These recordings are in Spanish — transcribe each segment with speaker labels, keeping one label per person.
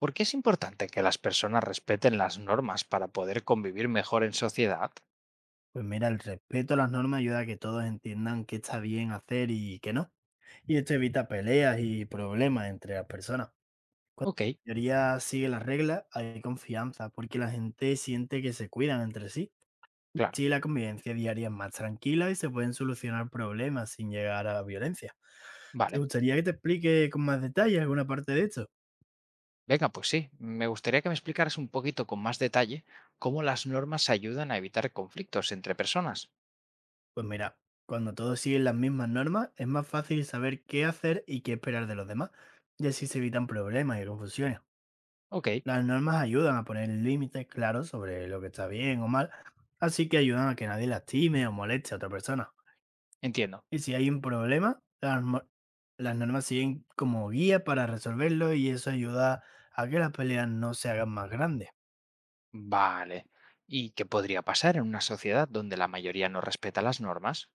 Speaker 1: ¿Por qué es importante que las personas respeten las normas para poder convivir mejor en sociedad?
Speaker 2: Pues mira, el respeto a las normas ayuda a que todos entiendan qué está bien hacer y qué no. Y esto evita peleas y problemas entre las personas.
Speaker 1: Ok,
Speaker 2: La mayoría sigue las reglas, hay confianza, porque la gente siente que se cuidan entre sí. Y
Speaker 1: claro,
Speaker 2: así la convivencia diaria es más tranquila y se pueden solucionar problemas sin llegar a la violencia. ¿Te
Speaker 1: vale.
Speaker 2: gustaría que te explique con más detalle alguna parte de esto?
Speaker 1: Venga, pues sí, me gustaría que me explicaras un poquito con más detalle cómo las normas ayudan a evitar conflictos entre personas.
Speaker 2: Pues mira, cuando todos siguen las mismas normas, es más fácil saber qué hacer y qué esperar de los demás, y así se evitan problemas y confusiones.
Speaker 1: Ok,
Speaker 2: Las normas ayudan a poner límites claros sobre lo que está bien o mal, así que ayudan a que nadie lastime o moleste a otra persona.
Speaker 1: entiendo.
Speaker 2: Y si hay un problema, las normas siguen como guía para resolverlo y eso ayuda a que las peleas no se hagan más grandes.
Speaker 1: Vale. ¿Y qué podría pasar en una sociedad donde la mayoría no respeta las normas?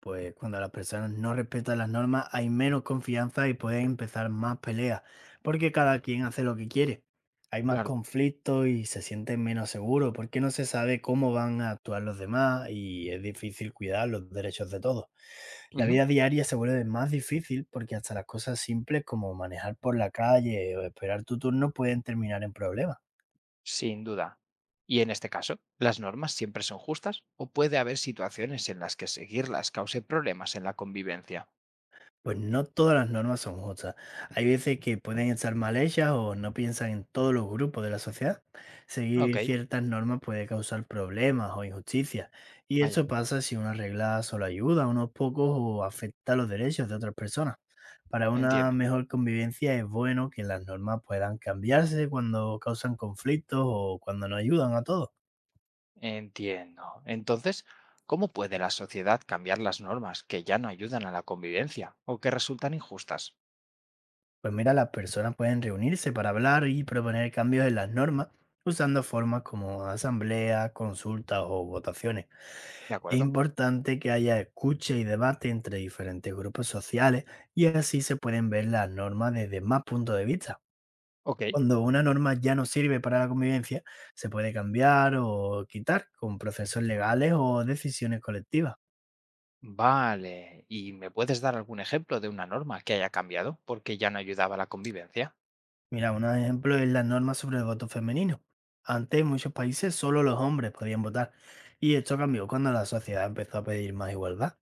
Speaker 2: Pues cuando las personas no respetan las normas hay menos confianza y pueden empezar más peleas, porque cada quien hace lo que quiere. Hay más
Speaker 1: Claro.
Speaker 2: conflictos y se sienten menos seguros porque no se sabe cómo van a actuar los demás y es difícil cuidar los derechos de todos. La
Speaker 1: Ujú,
Speaker 2: vida diaria se vuelve más difícil porque hasta las cosas simples como manejar por la calle o esperar tu turno pueden terminar en problemas.
Speaker 1: sin duda. Y en este caso, ¿las normas siempre son justas o puede haber situaciones en las que seguirlas cause problemas en la convivencia?
Speaker 2: Pues no todas las normas son justas. Hay veces que pueden estar mal hechas o no piensan en todos los grupos de la sociedad.
Speaker 1: Ok,
Speaker 2: Seguir ciertas normas puede causar problemas o injusticias, y
Speaker 1: vaya,
Speaker 2: eso pasa si una regla solo ayuda a unos pocos o afecta los derechos de otras personas. Para una
Speaker 1: entiendo,
Speaker 2: mejor convivencia es bueno que las normas puedan cambiarse cuando causan conflictos o cuando no ayudan a todos.
Speaker 1: entiendo. Entonces, ¿cómo puede la sociedad cambiar las normas que ya no ayudan a la convivencia o que resultan injustas?
Speaker 2: Pues mira, las personas pueden reunirse para hablar y proponer cambios en las normas usando formas como asambleas, consultas o votaciones.
Speaker 1: ¿De
Speaker 2: Es
Speaker 1: acuerdo?
Speaker 2: importante que haya escucha y debate entre diferentes grupos sociales y así se pueden ver las normas desde más puntos de vista.
Speaker 1: Ok,
Speaker 2: Cuando una norma ya no sirve para la convivencia, se puede cambiar o quitar con procesos legales o decisiones colectivas.
Speaker 1: vale. ¿Y me puedes dar algún ejemplo de una norma que haya cambiado porque ya no ayudaba a la convivencia?
Speaker 2: Mira, un ejemplo es la norma sobre el voto femenino. Antes, en muchos países, solo los hombres podían votar, y esto cambió cuando la sociedad empezó a pedir más igualdad.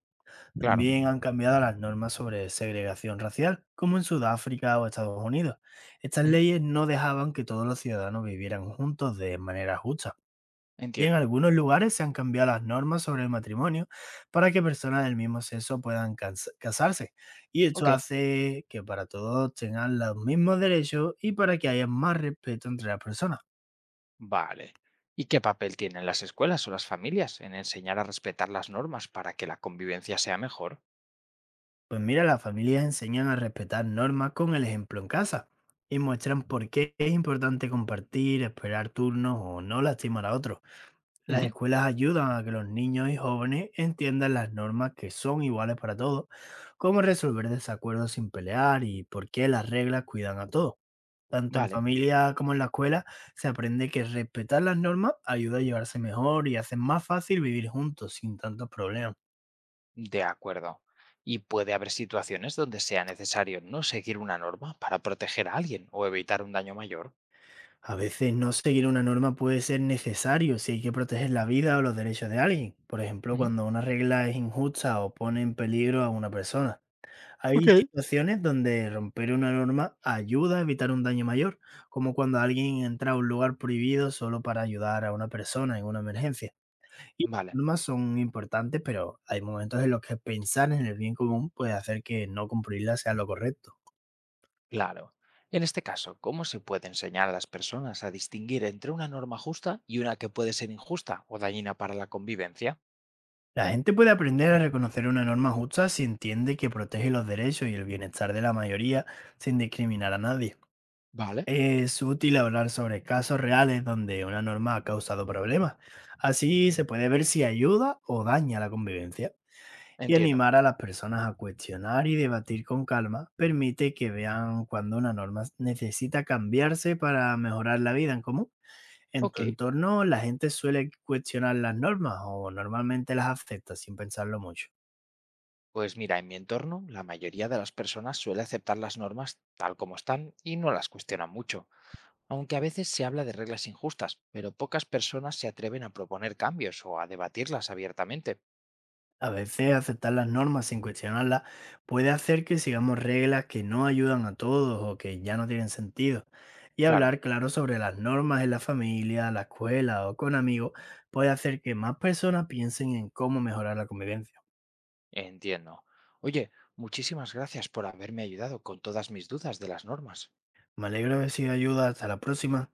Speaker 1: Claro,
Speaker 2: También han cambiado las normas sobre segregación racial, como en Sudáfrica o Estados Unidos. Estas
Speaker 1: ujú,
Speaker 2: leyes no dejaban que todos los ciudadanos vivieran juntos de manera justa. Y en
Speaker 1: entiendo.
Speaker 2: algunos lugares se han cambiado las normas sobre el matrimonio para que personas del mismo sexo puedan casarse. Y esto
Speaker 1: Ok,
Speaker 2: hace que para todos tengan los mismos derechos y para que haya más respeto entre las personas.
Speaker 1: vale. ¿Y qué papel tienen las escuelas o las familias en enseñar a respetar las normas para que la convivencia sea mejor?
Speaker 2: Pues mira, las familias enseñan a respetar normas con el ejemplo en casa y muestran por qué es importante compartir, esperar turnos o no lastimar a otros. Las
Speaker 1: Ujú,
Speaker 2: escuelas ayudan a que los niños y jóvenes entiendan las normas que son iguales para todos, cómo resolver desacuerdos sin pelear y por qué las reglas cuidan a todos. Tanto en
Speaker 1: vale.
Speaker 2: familia como en la escuela se aprende que respetar las normas ayuda a llevarse mejor y hace más fácil vivir juntos sin tantos problemas.
Speaker 1: De acuerdo. Y puede haber situaciones donde sea necesario no seguir una norma para proteger a alguien o evitar un daño mayor.
Speaker 2: A veces no seguir una norma puede ser necesario si hay que proteger la vida o los derechos de alguien, por ejemplo
Speaker 1: Mm,
Speaker 2: cuando una regla es injusta o pone en peligro a una persona.
Speaker 1: ok.
Speaker 2: Hay situaciones donde romper una norma ayuda a evitar un daño mayor, como cuando alguien entra a un lugar prohibido solo para ayudar a una persona en una emergencia. Y las
Speaker 1: Vale,
Speaker 2: normas son importantes, pero hay momentos en los que pensar en el bien común puede hacer que no cumplirla sea lo correcto.
Speaker 1: claro. En este caso, ¿cómo se puede enseñar a las personas a distinguir entre una norma justa y una que puede ser injusta o dañina para la convivencia?
Speaker 2: La gente puede aprender a reconocer una norma justa si entiende que protege los derechos y el bienestar de la mayoría sin discriminar a nadie.
Speaker 1: Vale.
Speaker 2: Es útil hablar sobre casos reales donde una norma ha causado problemas. Así se puede ver si ayuda o daña la convivencia. Y
Speaker 1: Entiendo.
Speaker 2: animar a las personas a cuestionar y debatir con calma permite que vean cuando una norma necesita cambiarse para mejorar la vida en común. En
Speaker 1: Ok.
Speaker 2: tu entorno, ¿la gente suele cuestionar las normas o normalmente las acepta sin pensarlo mucho?
Speaker 1: Pues mira, en mi entorno, la mayoría de las personas suele aceptar las normas tal como están y no las cuestionan mucho. Aunque a veces se habla de reglas injustas, pero pocas personas se atreven a proponer cambios o a debatirlas abiertamente.
Speaker 2: A veces aceptar las normas sin cuestionarlas puede hacer que sigamos reglas que no ayudan a todos o que ya no tienen sentido. Y
Speaker 1: Claro,
Speaker 2: hablar claro sobre las normas en la familia, la escuela o con amigos puede hacer que más personas piensen en cómo mejorar la convivencia.
Speaker 1: entiendo. Oye, muchísimas gracias por haberme ayudado con todas mis dudas de las normas.
Speaker 2: Me alegro de haber sido de ayuda. Hasta la próxima.